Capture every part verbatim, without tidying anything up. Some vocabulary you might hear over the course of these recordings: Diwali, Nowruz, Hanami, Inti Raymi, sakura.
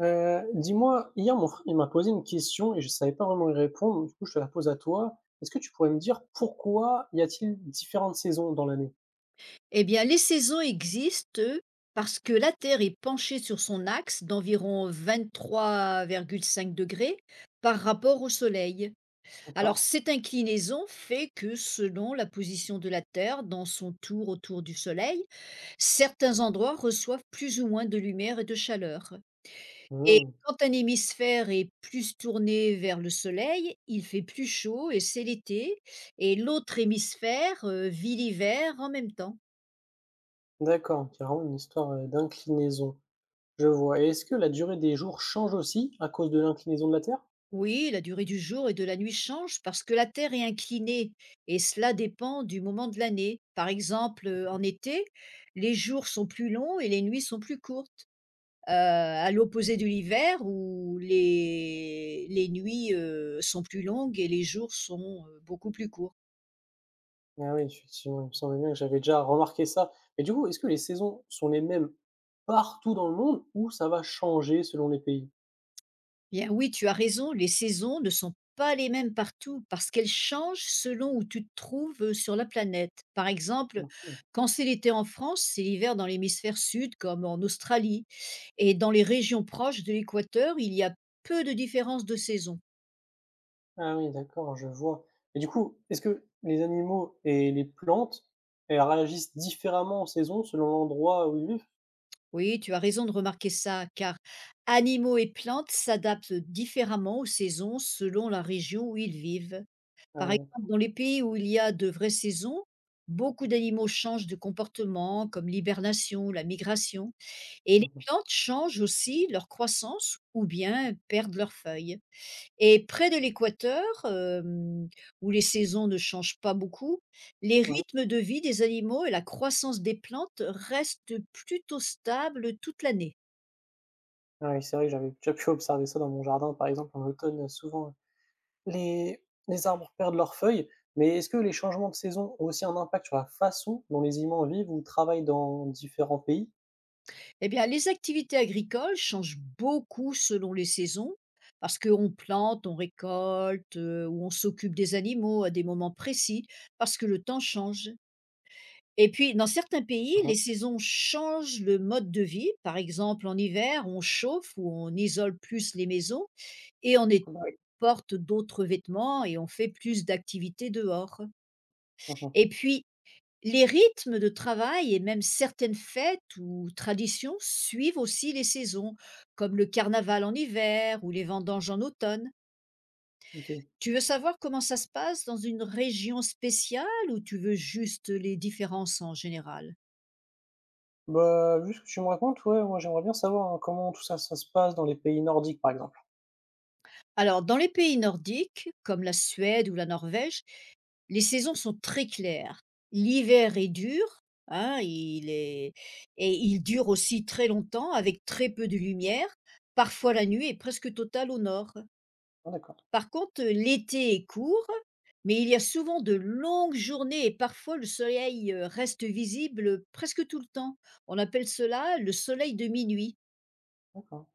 Heu, dis-moi, hier, mon frère, il m'a posé une question et je savais pas vraiment y répondre. Du coup, je te la pose à toi. Est-ce que tu pourrais me dire pourquoi y a-t-il différentes saisons dans l'année? Eh bien, les saisons existent eux, parce que la Terre est penchée sur son axe d'environ vingt-trois virgule cinq degrés par rapport au Soleil. D'accord. Alors, cette inclinaison fait que, selon la position de la Terre dans son tour autour du Soleil, certains endroits reçoivent plus ou moins de lumière et de chaleur. Et Mmh. quand un hémisphère est plus tourné vers le Soleil, il fait plus chaud et c'est l'été, et l'autre hémisphère euh, vit l'hiver en même temps. D'accord, c'est vraiment une histoire, heu, d'inclinaison. Je vois, et est-ce que la durée des jours change aussi à cause de l'inclinaison de la Terre? Oui, la durée du jour et de la nuit change parce que la Terre est inclinée et cela dépend du moment de l'année. Par exemple, euh, en été, les jours sont plus longs et les nuits sont plus courtes. Euh, à l'opposé de l'hiver où les, les nuits euh, sont plus longues et les jours sont euh, beaucoup plus courts. Ah oui, effectivement, il me semblait bien que j'avais déjà remarqué ça. Mais du coup, est-ce que les saisons sont les mêmes partout dans le monde ou ça va changer selon les pays? Bien oui, tu as raison, les saisons ne sont pas les mêmes partout parce qu'elles changent selon où tu te trouves euh, sur la planète. Par exemple, Mmh. quand c'est l'été en France, c'est l'hiver dans l'hémisphère sud comme en Australie. Et dans les régions proches de l'équateur, il y a peu de différence de saison. Ah oui, d'accord, je vois. Et du coup, est-ce que les animaux et les plantes, elles réagissent différemment en saison selon l'endroit où ils vivent? Oui, tu as raison de remarquer ça car animaux et plantes s'adaptent différemment aux saisons selon la région où ils vivent. Ah Par oui, exemple, d'accord. dans les pays où il y a de vraies saisons, beaucoup d'animaux changent de comportement, comme l'hibernation, la migration, et les Mmh mh. plantes changent aussi leur croissance ou bien perdent leurs feuilles. Et près de l'équateur, euh, où les saisons ne changent pas beaucoup, les Mmh. rythmes de vie des animaux et la croissance des plantes restent plutôt stables toute l'année. Ah oui, c'est vrai que j'avais déjà pu observer ça dans mon jardin, par exemple, en automne, souvent, les les arbres perdent leurs feuilles, mais est-ce que les changements de saison ont aussi un impact sur la façon dont les humains vivent ou travaillent dans différents pays? Eh bien, les activités agricoles changent beaucoup selon les saisons, parce qu'on plante, on récolte, euh, ou on s'occupe des animaux à des moments précis, parce que le temps change. Et puis, dans certains pays, Mmh. les saisons changent le mode de vie. Par exemple, en hiver, on chauffe ou on isole plus les maisons et on est- Bah oui. porte d'autres vêtements et on fait plus d'activités dehors. Mmh. Et puis, les rythmes de travail et même certaines fêtes ou traditions suivent aussi les saisons, comme le carnaval en hiver ou les vendanges en automne. OK. Tu veux savoir comment ça se passe dans une région spéciale ou tu veux juste les différences en général? Bah, vu ce que tu me racontes, ouais, moi j'aimerais bien savoir, hein, comment tout ça, ça se passe dans les pays nordiques, par exemple. Alors, dans les pays nordiques, comme la Suède ou la Norvège, les saisons sont très claires. L'hiver est dur, hein, il est... et il dure aussi très longtemps avec très peu de lumière. Parfois la nuit est presque totale au nord. Ah d'accord, Par contre, heu, l'été est court, mais il y a souvent de longues journées et parfois le soleil, heu, reste visible, presque tout le temps. On appelle cela le soleil de minuit. d'accord.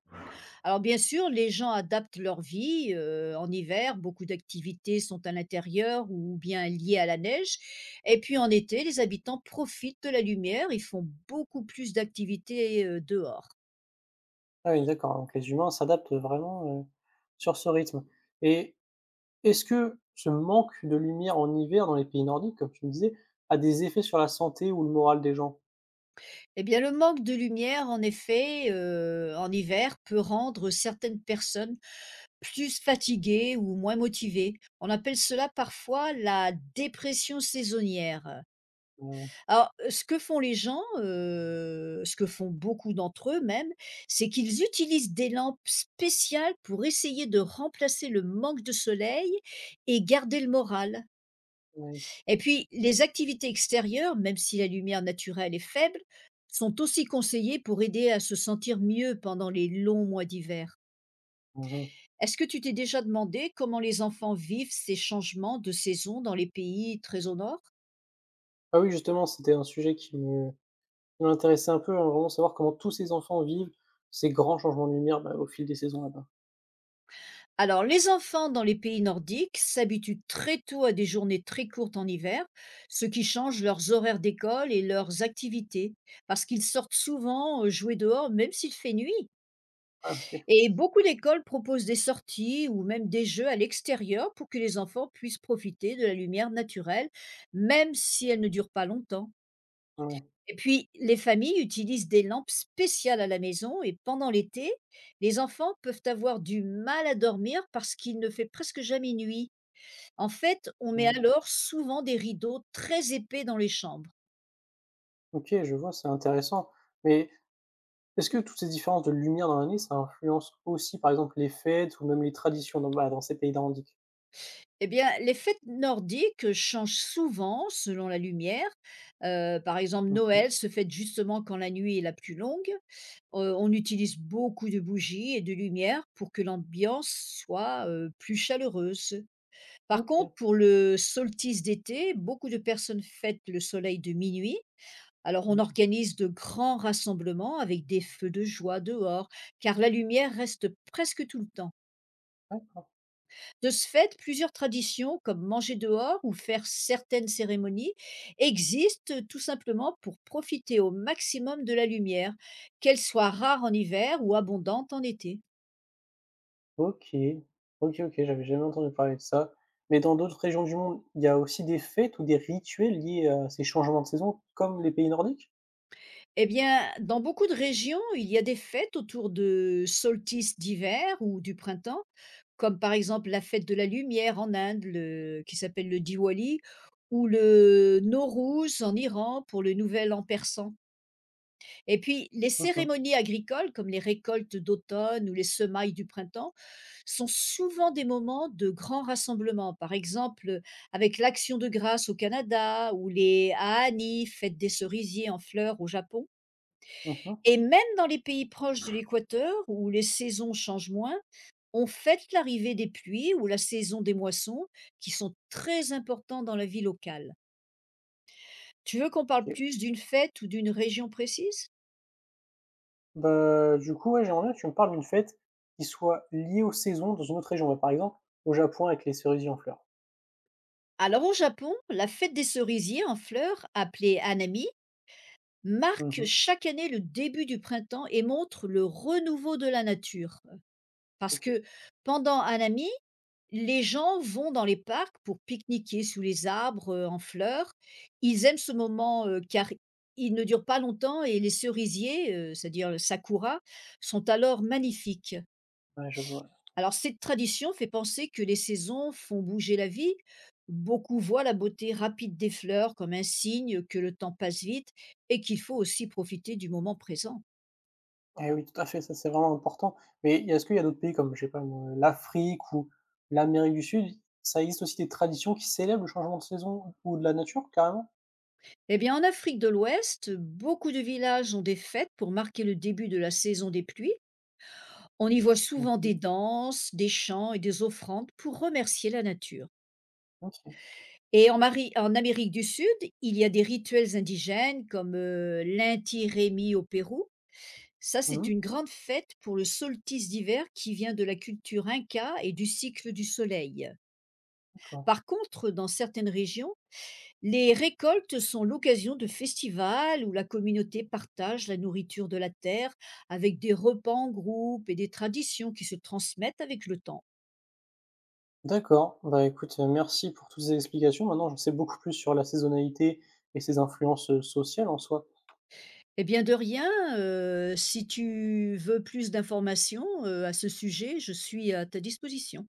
Alors bien sûr, les gens adaptent leur vie, heu, en hiver, beaucoup d'activités sont à l'intérieur ou bien liées à la neige et puis en été, les habitants profitent de la lumière, ils font beaucoup plus d'activités, heu, dehors. Ah oui, d'accord, donc les humains s'adaptent vraiment, heu, sur ce rythme, et est-ce que ce manque de lumière en hiver dans les pays nordiques, comme tu me disais, a des effets sur la santé ou le moral des gens? Eh bien, le manque de lumière en effet, heu, en hiver peut rendre certaines personnes plus fatigués ou moins motivés. On appelle cela parfois la dépression saisonnière. Ouais, Alors, heu, ce que font les gens, heu, ce que font beaucoup d'entre eux même, c'est qu'ils utilisent des lampes spéciales pour essayer de remplacer le manque de soleil et garder le moral. ouais. Et puis les activités extérieures, même si la lumière naturelle est faible, sont aussi conseillées pour aider à se sentir mieux pendant les longs mois d'hiver. Mmh. Est-ce que tu t'es déjà demandé comment les enfants vivent ces changements de saison dans les pays très au nord? Ah oui, justement, c'était un sujet qui me qui m'intéressait un peu, hein, vraiment savoir comment tous ces enfants vivent ces grands changements de lumière, bah, au fil des saisons là-bas. Alors, les enfants dans les pays nordiques s'habituent très tôt à des journées très courtes en hiver, ce qui change leurs horaires d'école et leurs activités, parce qu'ils sortent souvent euh, jouer dehors, même s'il fait nuit. Ah OK. Et beaucoup d'écoles proposent des sorties ou même des jeux à l'extérieur pour que les enfants puissent profiter de la lumière naturelle, même si elle ne dure pas longtemps. Ouais, ouais. Et puis, les familles utilisent des lampes spéciales à la maison et pendant l'été, les enfants peuvent avoir du mal à dormir parce qu'il ne fait presque jamais nuit. En fait, on met Ouais. alors souvent des rideaux très épais dans les chambres. OK, je vois, c'est intéressant, mais est-ce que toutes ces différences de lumière dans l'année, ça influence aussi, par exemple, les fêtes ou même les traditions dans, bah, dans ces pays nordiques? Eh bien, les fêtes nordiques changent souvent selon la lumière. Euh, par exemple, Mmh mh. Noël se fête justement quand la nuit est la plus longue. Euh, on utilise beaucoup de bougies et de lumière pour que l'ambiance soit euh, plus chaleureuse. Par OK. contre, pour le solstice d'été, beaucoup de personnes fêtent le soleil de minuit. Alors on Mmh. organise de grands rassemblements avec des feux de joie dehors, car la lumière reste presque tout le temps. D'accord. De ce fait, plusieurs traditions, comme manger dehors ou faire certaines cérémonies, existent tout simplement pour profiter au maximum de la lumière, qu'elle soit rare en hiver ou abondante en été. OK. OK, OK, j'avais jamais entendu parler de ça. Mais dans d'autres régions du monde, il y a aussi des fêtes ou des rituels liés à ces changements de saison comme les pays nordiques? Eh bien, dans beaucoup de régions, il y a des fêtes autour de solstice d'hiver ou du printemps, comme par exemple la fête de la lumière en Inde, le qui s'appelle le Diwali ou le Nowruz en Iran pour le nouvel an persan. Et puis les Mmh mh. cérémonies agricoles comme les récoltes d'automne ou les semailles du printemps sont souvent des moments de grands rassemblements. Par exemple, avec l'Action de grâce au Canada ou les Ahani, fête des cerisiers en fleurs au Japon. Mmh mh. Et même dans les pays proches de l'équateur où les saisons changent moins, on fête l'arrivée des pluies ou la saison des moissons, qui sont très importants dans la vie locale. Tu veux qu'on parle OK. plus d'une fête ou d'une région précise? Bah, du coup, ouais, j'aimerais bien que tu me parles d'une fête qui soit liée aux saisons dans une autre région. Bah, par exemple, au Japon avec les cerisiers en fleurs. Alors au Japon, la fête des cerisiers en fleurs, appelée Hanami, Mmh marque mh. chaque année le début du printemps et montre le renouveau de la nature. Parce OK. que pendant un ami, les gens vont dans les parcs pour pique-niquer sous les arbres, heu, en fleurs. Ils aiment ce moment, heu, car il ne dure pas longtemps et les cerisiers, heu, c'est-à-dire le sakura, sont alors magnifiques. Ouais, je vois. Alors cette tradition fait penser que les saisons font bouger la vie. Beaucoup voient la beauté rapide des fleurs comme un signe que le temps passe vite et qu'il faut aussi profiter du moment présent. Eh oui, tout à fait, ça c'est vraiment important. Mais est-ce qu'il y a d'autres pays comme, je sais pas moi, l'Afrique ou l'Amérique du Sud, ça existe aussi des traditions qui célèbrent le changement de saison ou de la nature carrément? Eh bien, en Afrique de l'Ouest, beaucoup de villages ont des fêtes pour marquer le début de la saison des pluies. On y voit souvent Mmh. des danses, des chants et des offrandes pour remercier la nature. OK. Et en, Mari- en Amérique du Sud, il y a des rituels indigènes comme euh, l'Inti Raymi au Pérou. Ça, c'est Mmh. une grande fête pour le solstice d'hiver qui vient de la culture inca et du cycle du soleil. D'accord. Par contre, dans certaines régions, les récoltes sont l'occasion de festivals où la communauté partage la nourriture de la terre avec des repas en groupe et des traditions qui se transmettent avec le temps. D'accord. Bah, écoute, heu, merci pour toutes ces explications. Maintenant, je sais beaucoup plus sur la saisonnalité et ses influences, heu, sociales en soi. Eh bien, de rien, euh, si tu veux plus d'informations euh, à ce sujet, je suis à ta disposition.